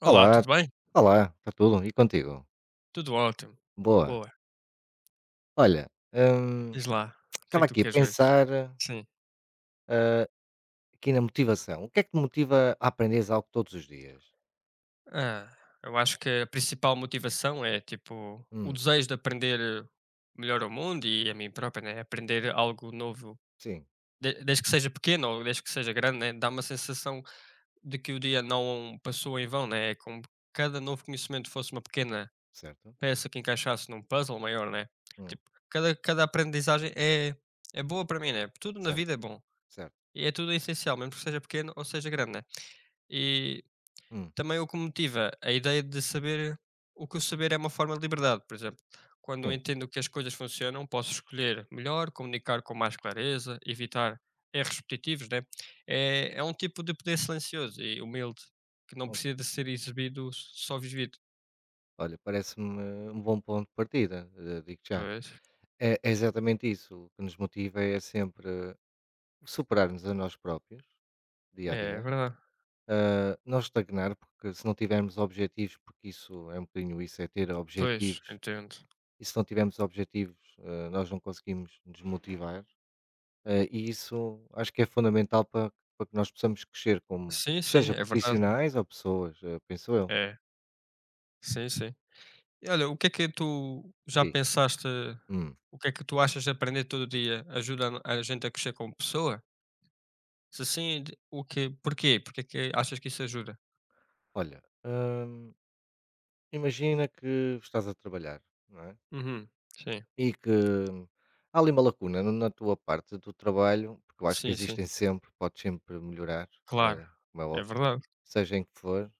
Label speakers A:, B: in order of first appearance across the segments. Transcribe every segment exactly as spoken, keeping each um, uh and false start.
A: Olá,
B: Olá,
A: tudo bem?
B: olá, está tudo? E contigo?
A: Tudo ótimo.
B: Boa.
A: Boa.
B: Olha, hum,
A: Diz lá, o que é
B: estava
A: que tu
B: aqui a
A: queres hoje?
B: pensar
A: Sim.
B: ah, aqui na motivação. O que é que te motiva a aprenderes algo todos os dias?
A: Ah, eu acho que a principal motivação é, tipo, o
B: Hum,
A: desejo de aprender melhor o mundo e a mim própria, né? Aprender algo novo,
B: sim,
A: de- desde que seja pequeno ou desde que seja grande, né? Dá uma sensação de que o dia não passou em vão, né? É como que cada novo conhecimento fosse uma pequena
B: certo.
A: peça que encaixasse num puzzle maior, né?
B: Hum,
A: Tipo, cada, cada aprendizagem é, é boa para mim, né? Tudo na
B: certo,
A: vida é bom.
B: certo.
A: E é tudo essencial, mesmo que seja pequeno ou seja grande, né? E
B: Hum,
A: também o que me motiva, a ideia de saber o que o saber é uma forma de liberdade, por exemplo. Quando eu
B: sim.
A: entendo que as coisas funcionam, posso escolher melhor, comunicar com mais clareza, evitar erros repetitivos, né? É, é um tipo de poder silencioso e humilde, que não
B: O-
A: precisa de ser exibido, só vivido.
B: Olha, parece-me um bom ponto de partida, eh, digo já.
A: Pois,
B: É, é exatamente isso. O que nos motiva é sempre superarmos a nós próprios, dia a
A: é
B: dia.
A: verdade.
B: ah, não estagnar, porque se não tivermos objetivos, porque isso é um bocadinho isso, é ter
A: Pois,
B: objetivos.
A: entendo.
B: E se não tivermos objetivos, eh, nós não conseguimos nos motivar. Eh, e isso acho que é fundamental para, para que nós possamos crescer como,
A: Sim, sim,
B: seja
A: é verdade.
B: profissionais ou pessoas, eh, penso eu.
A: É, sim, sim. E olha, o que é que tu já
B: Diz.
A: pensaste,
B: Hum,
A: o que é que tu achas de aprender todo dia ajuda a no- a gente a crescer como pessoa? Se sim, de- o que, porquê? Porque é que achas que isso ajuda?
B: olha, hum, imagina que estás a trabalhar, não é?
A: Uhum, sim,
B: E que há ali uma lacuna no- na tua parte do trabalho, porque eu acho que
A: sim, sim,
B: existem sempre, podes sempre melhorar,
A: claro,
B: eh, como é
A: é
B: óbvio,
A: verdade.
B: seja em que for,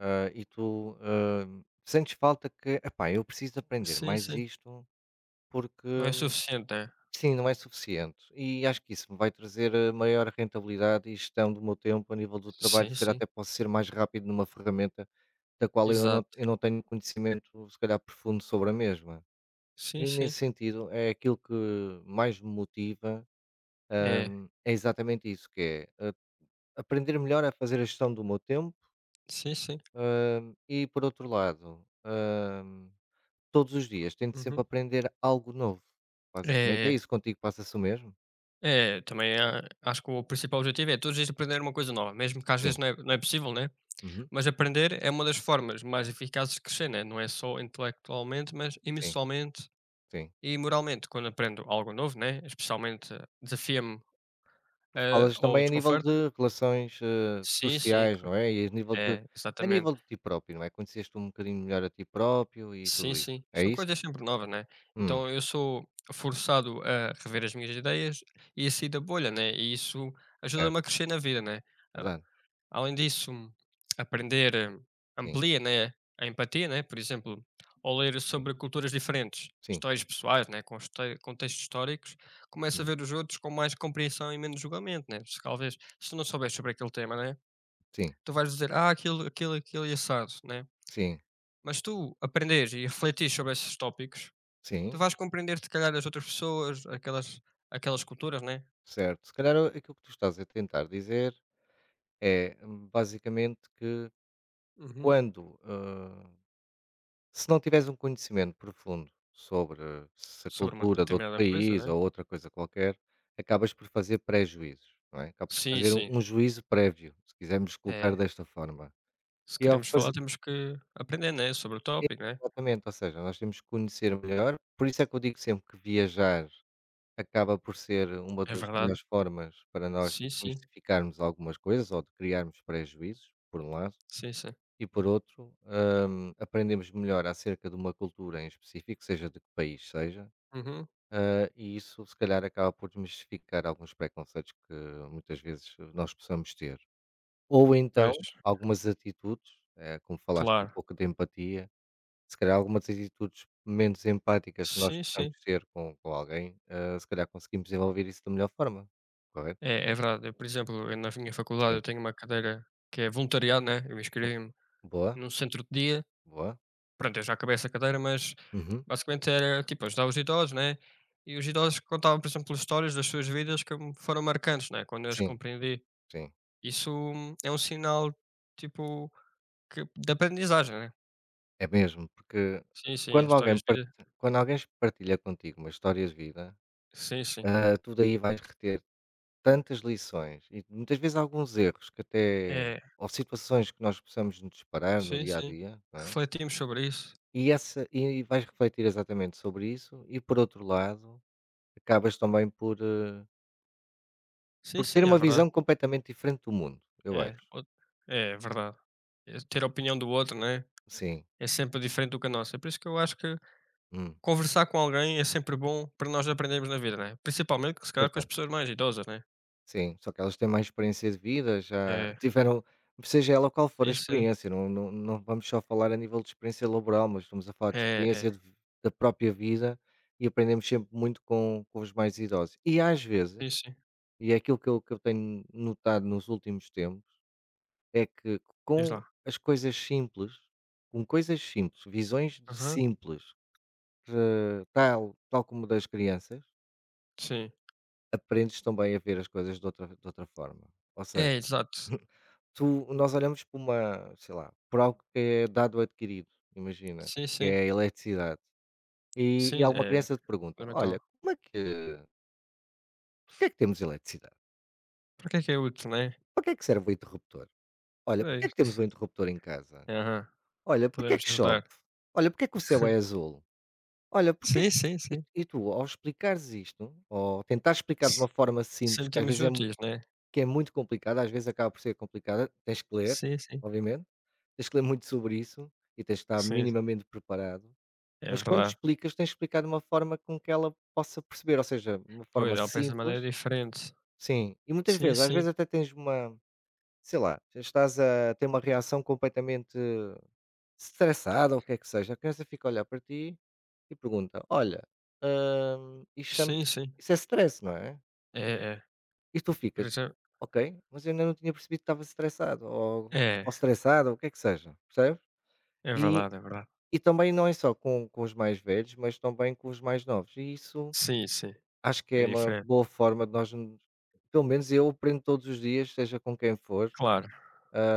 B: eh, e tu eh, sentes falta que, epá, eu preciso aprender
A: Sim,
B: mais
A: sim,
B: isto. Porque,
A: não é
B: hum,
A: suficiente, é?
B: sim, não é suficiente. E acho que isso me vai trazer, eh, maior rentabilidade e gestão do meu tempo a nível do trabalho,
A: Sim,
B: se calhar
A: sim,
B: até posso ser mais rápido numa ferramenta da qual eu não
A: exato,
B: eu não tenho conhecimento, se calhar, profundo sobre a mesma.
A: sim,
B: E
A: sim,
B: nesse sentido, é aquilo que mais me motiva,
A: é,
B: hum, é exatamente isso, que é, a aprender melhor a fazer a gestão do meu tempo,
A: sim, sim,
B: hum, e por outro lado, hum, todos os dias tento sempre
A: uhum.
B: aprender algo novo. Basicamente é
A: É, é.
B: isso, contigo passa-se o mesmo?
A: É, também ah, acho que o principal objetivo é todos os aprender uma coisa nova, mesmo que às vezes
B: Sim,
A: não é, não é possível, né?
B: uhum,
A: Mas aprender é uma das formas mais eficazes de crescer, né? Não é só intelectualmente, mas
B: sim,
A: emocionalmente
B: sim.
A: e moralmente. Quando aprendo algo novo, né? Especialmente eh, desafia-me
B: Tu
A: eh,
B: falas
A: ou
B: também a nível
A: desconforto.
B: de relações, eh,
A: Sim, sim,
B: sociais,
A: cla-
B: não é? E a nível de
A: é,
B: a nível
A: exatamente.
B: de ti próprio, não é? Conheceste um bocadinho melhor a ti próprio e
A: Sim,
B: tudo isso,
A: sim.
B: é
A: São
B: isso?
A: coisas sempre novas, né?
B: Hum,
A: Então eu sou forçado a rever as minhas ideias e a sair da bolha, né? E isso
B: certo,
A: ajuda-me a crescer na vida, né? Ah,
B: verdade.
A: além disso, aprender eh,
B: Sim,
A: amplia, né, a empatia, né? Por exemplo, ao ler
B: sim,
A: sobre culturas diferentes,
B: sim,
A: histórias pessoais, né, com histó- contextos históricos, começa a
B: hum,
A: ver os outros com mais compreensão e menos julgamento, né? Se talvez, se tu não souberes sobre aquele tema, né,
B: sim,
A: tu vais dizer, ah, aquilo, aquilo, aquilo e assado, né?
B: sim,
A: Mas tu aprenderes e refletires sobre esses tópicos, tu
B: sim,
A: vais compreender, se calhar, as outras pessoas, aquelas, aquelas culturas, né?
B: certo. Se calhar o- aquilo que tu estás a tentar dizer é, hum, basicamente que
A: Uhum.
B: quando, eh, Se não tiveres um conhecimento profundo sobre se a
A: Sobre uma
B: cultura de outro
A: determinada coisa,
B: país
A: né?
B: ou outra coisa qualquer, acabas por fazer pré-juízos, não é? Acabas por
A: Sim,
B: fazer um
A: sim.
B: um juízo prévio, se quisermos colocar
A: É,
B: desta forma.
A: se
B: E ao
A: queremos falar,
B: fazer
A: temos que aprender, né, sobre o tópico, né?
B: exatamente, ou seja, nós temos que conhecer melhor, por isso é que eu digo sempre que viajar acaba por ser uma
A: É
B: das
A: verdade.
B: melhores formas para nós
A: Sim, sim.
B: desmistificarmos algumas coisas ou de criarmos pré-juízos, por um lado.
A: Sim, sim.
B: E por outro, hum, aprendemos melhor acerca de uma cultura em específico, seja de que país seja,
A: Uhum.
B: eh, e isso se calhar acaba por desmistificar alguns preconceitos que muitas vezes nós possamos ter. Ou
A: Pois,
B: então, algumas atitudes, eh, como falaste um
A: claro.
B: pouco de empatia, se calhar algumas atitudes menos empáticas que nós
A: Sim,
B: possamos
A: sim.
B: ter com, com alguém, eh, se calhar conseguimos desenvolver isso da melhor forma, correto?
A: É é verdade. Eu, por exemplo, eu na minha faculdade
B: Sim.
A: eu tenho uma cadeira que é voluntariado, né, eu inscrevi-me
B: Boa,
A: num centro de dia.
B: boa.
A: Pronto, eu já acabei essa cadeira, mas
B: Uhum.
A: basicamente era, tipo, ajudar os idosos, né, e os idosos contavam, por exemplo, histórias das suas vidas que me foram marcantes, né, quando eu as
B: Sim,
A: compreendi.
B: sim.
A: Isso hum, é um sinal, tipo, que de aprendizagem, né.
B: É mesmo, porque
A: Sim, sim, as
B: quando alguém
A: histórias de
B: parti
A: vida.
B: quando alguém partilha contigo uma história de vida,
A: Sim, sim.
B: ah, tu daí vais reter tantas lições e muitas vezes alguns erros que até
A: É,
B: ou situações que nós possamos nos deparar no
A: sim,
B: dia a
A: sim.
B: dia, não é?
A: Refletimos sobre isso.
B: E essa e vais refletir exatamente sobre isso e por outro lado, acabas também por, eh,
A: Sim,
B: por ter
A: sim, é
B: uma
A: verdade.
B: visão completamente diferente do mundo, eu
A: É,
B: acho.
A: o- é verdade. É, ter a opinião do outro, né?
B: Sim,
A: É sempre diferente do que a nossa. É por isso que eu acho que
B: hum,
A: conversar com alguém é sempre bom para nós aprendermos na vida, né? Principalmente, se calhar, com as
B: verdade.
A: pessoas mais idosas, né?
B: Sim, só que elas têm mais experiência de vida, já
A: É,
B: tiveram seja ela qual for a
A: sim, sim.
B: experiência, não não não vamos só falar a nível de experiência laboral, mas estamos a falar de
A: É,
B: experiência
A: é.
B: de vi da própria vida e aprendemos sempre muito com com os mais idosos. E às vezes,
A: Sim, sim.
B: e é aquilo que eu que eu tenho notado nos últimos tempos, é que
A: Diz
B: com
A: lá.
B: as coisas simples, com coisas simples, visões de
A: Aham.
B: simples, que tal tal como das crianças,
A: Sim.
B: aprendes também a ver as coisas de outra de outra forma. Ou
A: É,
B: seja.
A: exato.
B: Tu nós olhamos para uma sei lá, por algo que é dado adquirido, imagina,
A: Sim,
B: que
A: sim.
B: é a eletricidade, e e
A: Sim,
B: alguma
A: é
B: criança te pergunta: "Olha,
A: fundamental.
B: como é que porque é que temos eletricidade?
A: Para que é que é útil, né?
B: Para que é que serve o interruptor? Olha,
A: É
B: porque é que
A: isso.
B: temos um interruptor em casa?
A: Aham.
B: Olha, porque é
A: Podemos
B: que chove?
A: ajudar.
B: Olha, porque é que o céu é azul? Olha, porque é
A: Sim,
B: que"
A: sim, sim.
B: e e tu ao explicares isto, ou tentar explicar de uma forma simples, que às
A: Cêntimos
B: vezes é
A: úteis, né?
B: que é muito complicada, às vezes acaba por ser complicada, tens que ler,
A: Sim, sim,
B: obviamente, tens que ler muito sobre isso e tens que estar
A: sim,
B: minimamente preparado,
A: é
B: mas quando
A: verdade.
B: explicas, tens que explicar de uma forma com que ela possa perceber, ou seja, de uma
A: Pois,
B: forma
A: ela pensa de
B: simples,
A: maneira diferente.
B: sim, e muitas
A: Sim,
B: vezes, às
A: sim,
B: vezes até tens uma, sei lá, estás a ter uma reação completamente estressada ou o que é que seja, a criança fica a olhar para ti e pergunta, olha, hum, isso, chama-
A: sim, sim.
B: isso é stress, não é?
A: É, é.
B: E tu
A: Por
B: ficas:
A: exemplo
B: "Ok, mas eu ainda não tinha percebido que estava estressado ou ou
A: é,
B: estressada", ou o que é que seja, percebes?
A: é
B: E
A: verdade, é verdade.
B: e também não é só com com os mais velhos, mas também com os mais novos. E isso
A: Sim, sim,
B: acho que
A: é
B: é uma
A: diferente,
B: boa forma de nós nos pelo menos eu aprendo todos os dias, seja com quem for,
A: claro.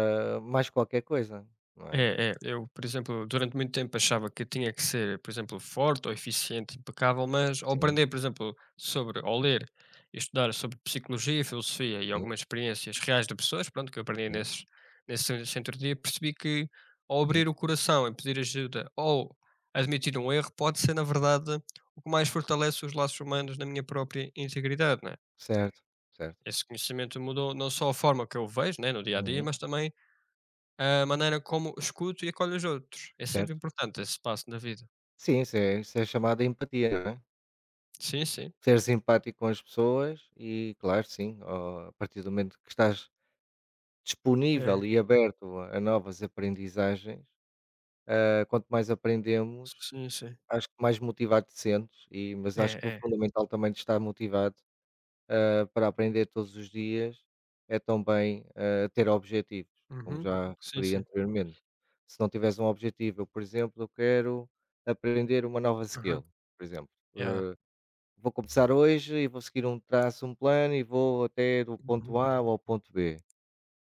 B: hã, mais qualquer coisa, não é?
A: É, é. Eu, por exemplo, durante muito tempo achava que tinha que ser, por exemplo, forte ou eficiente, impecável, mas ao
B: Sim,
A: aprender, por exemplo, sobre, ao ler e estudar sobre psicologia, filosofia e
B: sim,
A: algumas experiências reais de pessoas, pronto, que eu aprendi
B: sim,
A: nesses, nesse centro centro de dia, percebi que ao
B: sim.
A: abrir o coração e pedir ajuda ou admitir um erro, pode ser, na verdade, o que mais fortalece os laços humanos na minha própria integridade, né?
B: Certo, certo.
A: Esse conhecimento mudou não só a forma que eu vejo, né, no dia a dia,
B: Uhum,
A: mas também a maneira como escuto e acolho os outros, é sempre
B: certo.
A: importante esse passo na vida.
B: Sim, isso é isso é chamada empatia, não é?
A: Sim, sim.
B: Ser simpático com as pessoas e claro, sim, ó, a partir do momento que estás disponível
A: É.
B: e aberto a novas aprendizagens, eh, quanto mais aprendemos,
A: Sim, sim.
B: acho que mais motivado te sentes, e mas acho que o
A: É, é.
B: fundamental também de estar motivado, eh, para aprender todos os dias é também, eh, ter objetivos, como
A: Uhum.
B: já
A: Sim,
B: referi
A: sim.
B: anteriormente. Se não tiveres um objetivo, eu, por exemplo, eu quero aprender uma nova
A: Aham.
B: skill, por exemplo.
A: Yeah.
B: Vou começar hoje e vou seguir um traço, um plano e vou até do ponto
A: Uhum.
B: A ao ponto B.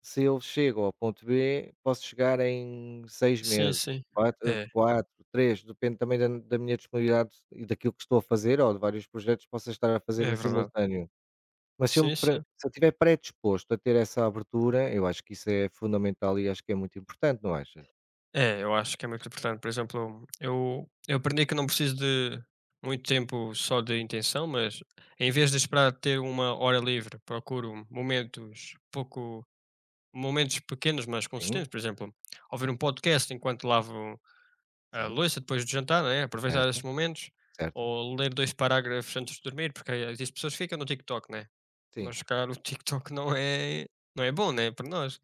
B: Se eu chego ao ponto B, posso chegar em seis
A: Sim,
B: meses,
A: sim.
B: quatro,
A: É,
B: 4, três, depende também da da minha disponibilidade e daquilo que estou a fazer ou de vários projetos que possa estar a fazer
A: é
B: em
A: verdade.
B: simultâneo. Mas se eu me
A: Sim,
B: pre
A: sim.
B: se eu estiver predisposto a ter essa abertura, eu acho que isso é fundamental e acho que é muito importante, não achas?
A: É, eu acho que é muito importante. Por exemplo, eu eu aprendi que não preciso de muito tempo só de intenção, mas em vez de esperar ter uma hora livre, procuro momentos pouco momentos pequenos, mas
B: Sim,
A: consistentes. Por exemplo, ouvir um podcast enquanto lavo a
B: sim,
A: louça depois de jantar, né? Aproveitar esses
B: certo,
A: momentos,
B: certo,
A: ou ler dois parágrafos antes de dormir, porque aí existem pessoas que ficam no TikTok, né?
B: sim.
A: Mas se calhar o TikTok não é não é bom, né, para nós.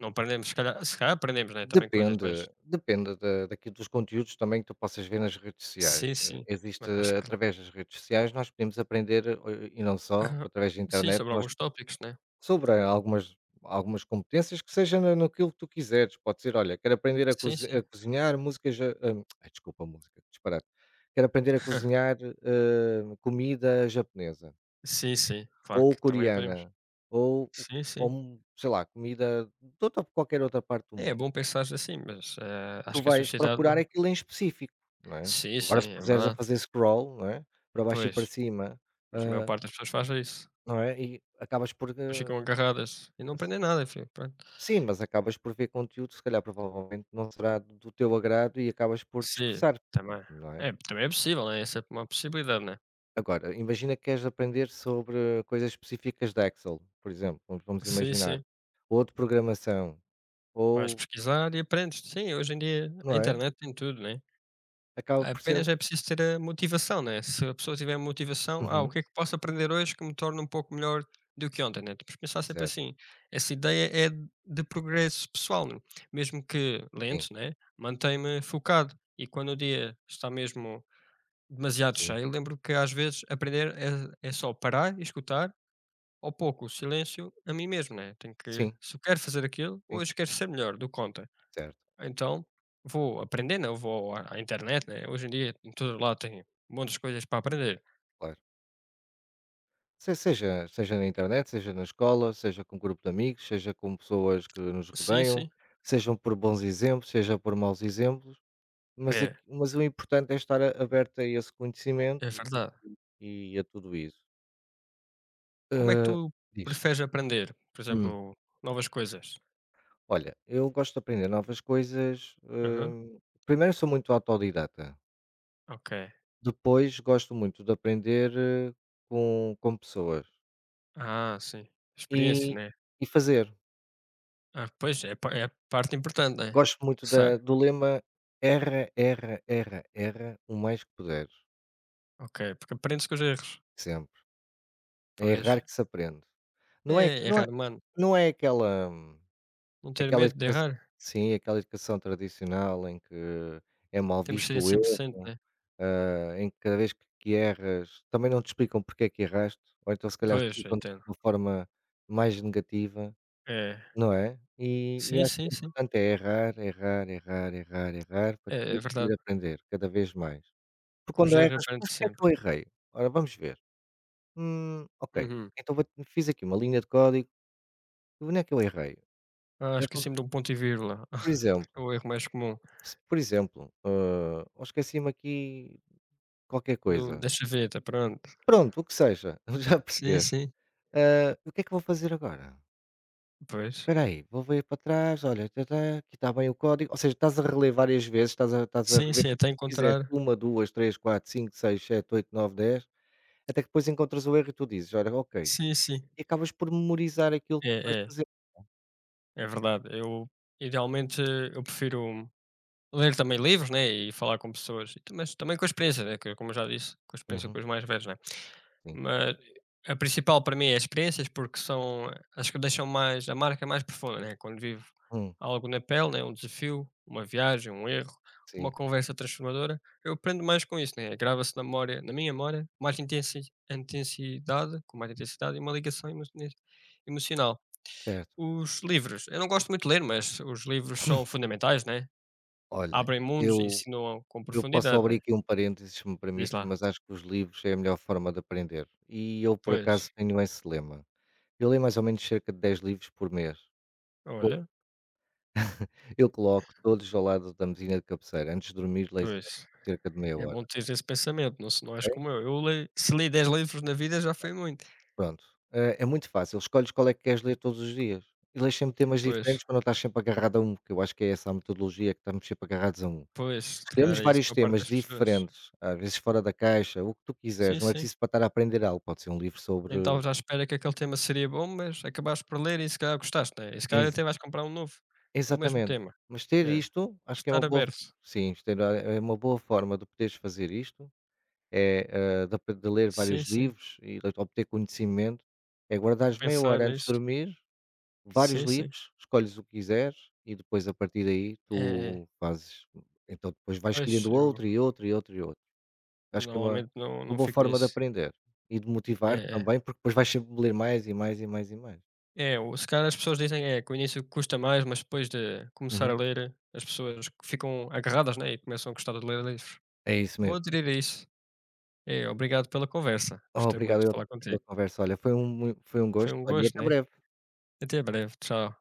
A: Não aprendemos, se calhar se calhar aprendemos, né, também coisas,
B: Depende,
A: mas
B: depende da daqui dos conteúdos também que tu possas ver nas redes sociais.
A: sim,
B: Eh,
A: sim,
B: existe
A: mas acho
B: eh,
A: que
B: através das redes sociais nós podemos aprender, eh, e não só, através da
A: sim,
B: internet,
A: sobre
B: nós
A: alguns tópicos, né?
B: sobre algumas algumas competências que seja na naquilo que tu quiseres. Pode ser: "Olha, quero aprender a
A: Sim,
B: cozi
A: sim.
B: a cozinhar músicas ja" hum, ai desculpa, música, que disparate. "Quero aprender a cozinhar, hã, comida japonesa,
A: Sim, sim, claro
B: ou
A: que também
B: coreana,
A: podemos.
B: ou
A: Sim,
B: ou,
A: sim.
B: sei lá, comida de outra qualquer outra parte do
A: É
B: mundo".
A: bom pensar assim, mas, eh,
B: Tu
A: acho que a
B: vais
A: sociedade
B: procurar
A: não
B: aquilo em específico, não é?
A: sim, sim,
B: Agora se
A: é
B: puseres a
A: verdade.
B: fazer scroll, não é? Para baixo e
A: Pois,
B: para cima,
A: mas a maior
B: hã,
A: parte das pessoas faz isso.
B: não é? E acabas por, hã,
A: Ficam agarradas e não aprendem nada, filho, pronto.
B: sim, mas acabas por ver conteúdo, se calhar provavelmente não será do teu agrado e acabas por te
A: Sim,
B: dispersar,
A: também.
B: não é?
A: É, também é possível, né, é sempre uma possibilidade, né.
B: Agora, imagina que queres aprender sobre coisas específicas da Excel, por exemplo, vamos vamos
A: Sim,
B: imaginar,
A: sim.
B: ou de programação,
A: Vais
B: ou
A: pesquisar e aprendes. Sim, hoje em dia a
B: não é?
A: internet tem tudo, né.
B: Acaba por ser um
A: Apenas é preciso ter a motivação, né. Se a pessoa tiver motivação: "Ah, o
B: uhum,
A: que é que posso aprender hoje que me torne um pouco melhor do que ontem", né. Temos que pensar sempre
B: certo,
A: assim. Essa ideia é de de progresso pessoal, né? Mesmo que
B: sim,
A: lento, né, mantém-me focado e quando o dia está mesmo demasiado
B: sim,
A: cheio, lembro que às vezes aprender é, é só parar e escutar ao pouco o silêncio a mim mesmo, né? Tenho que,
B: sim,
A: se eu quero fazer aquilo,
B: sim,
A: hoje quero ser melhor do que conta.
B: certo,
A: Então vou aprender, né? Eu vou à, à internet, né? Hoje em dia em todo lado tem montes de coisas para aprender.
B: claro. Se seja seja na internet, seja na escola, seja com um grupo de amigos, seja com pessoas que nos
A: Sim,
B: rodeiam,
A: sim,
B: sejam por bons exemplos, seja por maus exemplos, mas aqui
A: é,
B: mas o importante é estar a aberto a esse
A: é
B: conhecimento e
A: verdade.
B: e a tudo isso.
A: Como é que
B: Hã,
A: tu
B: Diz.
A: preferes aprender? Por exemplo,
B: hum,
A: novas coisas?
B: Olha, eu gosto de aprender novas coisas,
A: Aham,
B: hum, primeiro sou muito autodidata,
A: ok.
B: depois gosto muito de aprender, eh, com com pessoas
A: Ah, sim. Experiência,
B: e
A: né?
B: e fazer.
A: Ah, pois, é, pa- é a parte importante, né?
B: Gosto muito
A: Começar.
B: da do lema: "Erra, erra, erra, erra o mais que puderes",
A: Ok, porque aprendes com os erros.
B: sempre. É errar
A: Pois.
B: que se aprende. Não
A: É
B: é não é
A: errar mano.
B: não é aquela
A: Não ter
B: aquela
A: medo de
B: educa
A: errar.
B: sim, aquela educação tradicional em que é mal
A: Temos que
B: visto
A: ser
B: o
A: cem por cento
B: erro,
A: né.
B: ah, em que cada vez que que erras também não te explicam porque é que erraste, ou então se calhar
A: Pois, eu
B: explicam de
A: entendo.
B: uma forma mais negativa.
A: É.
B: Não é? E e
A: Sim,
B: acho que
A: sim,
B: o
A: sim.
B: importante é errar, errar, errar, errar, errar, para
A: É, é
B: depois poder
A: verdade.
B: aprender cada vez mais. Porque
A: Com os
B: quando
A: erros
B: erras:
A: aprende
B: "Mas porque é que
A: sempre.
B: eu errei? Ora, vamos ver. Hum, ok,
A: Uhum.
B: então vou fiz aqui uma linha de código, e onde é que eu errei?
A: Ah,
B: Olha, vamos"
A: esqueci-me de um ponto e vírgula.
B: por
A: É
B: exemplo,
A: o erro mais comum
B: se por exemplo, hã, "Oh, esqueci-me aqui qualquer
A: do
B: coisa",
A: da chaveta, pronto.
B: pronto, o que seja, já
A: Sim,
B: percebeste.
A: sim.
B: Hã, o que é que eu vou fazer agora?
A: Pois.
B: Espera aí, vou ver para trás, olha, tã-tã, aqui está bem o código. Ou seja, estás a relevar várias vezes, estás a, estás a
A: Sim,
B: rever.
A: sim, até
B: Fizeste
A: encontrar
B: uma, duas, três, quatro, cinco, seis, sete, oito, nove, dez, até que depois encontras o erro e tu dizes, olha, ok.
A: sim, sim.
B: E acabas por memorizar aquilo que vais
A: É, é.
B: fazer.
A: É verdade. Eu, idealmente, eu prefiro ler também livros, né, e falar com pessoas, e ta mas também com a experiência, né, que como eu já disse, com a experiência com
B: Uhum,
A: os mais velhos, né.
B: sim.
A: Mas a principal para mim é as experiências, porque são as que deixam mais a marca é mais profunda, né? Quando vivo
B: Hum,
A: algo na pele, né? Um desafio, uma viagem, um erro,
B: sim,
A: uma conversa transformadora, eu aprendo mais com isso, né? Grava-se na memória, na minha memória, mais intensi intensidade, com mais intensidade e uma ligação emo- ne- emocional.
B: certo.
A: Os livros, eu não gosto muito de ler, mas os livros são fundamentais, né?
B: Olha,
A: Abrem mundos e
B: eu,
A: ensinam com
B: eu posso
A: profundidade,
B: abrir
A: né?
B: aqui um parênteses, se me
A: Diz
B: permites,
A: lá.
B: mas acho que os livros é a melhor forma de aprender. E eu, por
A: Pois,
B: acaso, tenho esse lema. Eu leio mais ou menos cerca de dez livros por mês.
A: olha,
B: Eu coloco todos ao lado da mesinha de cabeceira. Antes de dormir, leio sempre
A: pois.
B: cerca de meia
A: É
B: hora,
A: bom ter esse pensamento, não se não és
B: ok?
A: como eu. Eu leio se li dez livros na vida já foi muito.
B: Pronto. Eh, é muito fácil. Escolhes qual é que queres ler todos os dias. E lês sempre temas
A: Pois,
B: diferentes para não estás sempre agarrado a um, porque eu acho que é essa a metodologia que estamos sempre agarrados a um.
A: pois, cara,
B: Escolhemos
A: calhar é isso, a
B: vários
A: maior parte
B: temas
A: das pessoas.
B: diferentes, às vezes fora da caixa, o que tu quiseres.
A: Sim,
B: Não é
A: sim.
B: preciso para estar a aprender algo. Pode ser um livro
A: Nem
B: sobre.
A: estavas à espera que aquele tema seria bom, mas acabaste por ler e se calhar gostaste, né, e se calhar
B: Ex-
A: até vais comprar um novo, do mesmo
B: Exatamente.
A: tema.
B: Mas ter
A: É,
B: isto, acho que é uma
A: estar
B: boa.
A: aberto.
B: Sim, isto era- é uma boa forma de poderes fazer isto. É, hã, de ape De ler
A: Sim,
B: vários
A: sim,
B: livros e de obter conhecimento, é
A: de
B: guardares meia
A: pensar
B: hora antes de
A: nisso.
B: dormir, vários
A: Sim, sim.
B: livros, escolhes o que quiseres e depois a partir daí
A: É, é.
B: tu fazes então depois vais
A: Pois,
B: escolhendo
A: eu
B: outro e outro e outro e outro.
A: eu
B: Acho que é uma
A: normalmente não
B: uma
A: não
B: boa
A: fico
B: forma de
A: nisso.
B: aprender e de
A: É,
B: motivar
A: é.
B: também, porque depois vais sempre ler mais e mais e mais e mais.
A: É, o se calhar as pessoas dizem, é, que o início custa mais, mas depois de começar a
B: Uhum.
A: ler, as pessoas ficam agarradas, né, e começam a gostar de ler livros.
B: É isso
A: Vou
B: mesmo.
A: aderir a isso. É, obrigado pela conversa.
B: Oh,
A: Gostei muito
B: obrigado
A: de
B: eu
A: falar
B: pela
A: contigo.
B: conversa, olha, foi um mui foi um
A: Foi
B: gosto,
A: um
B: olha, e
A: gosto,
B: até
A: né.
B: breve.
A: Até breve. Tchau.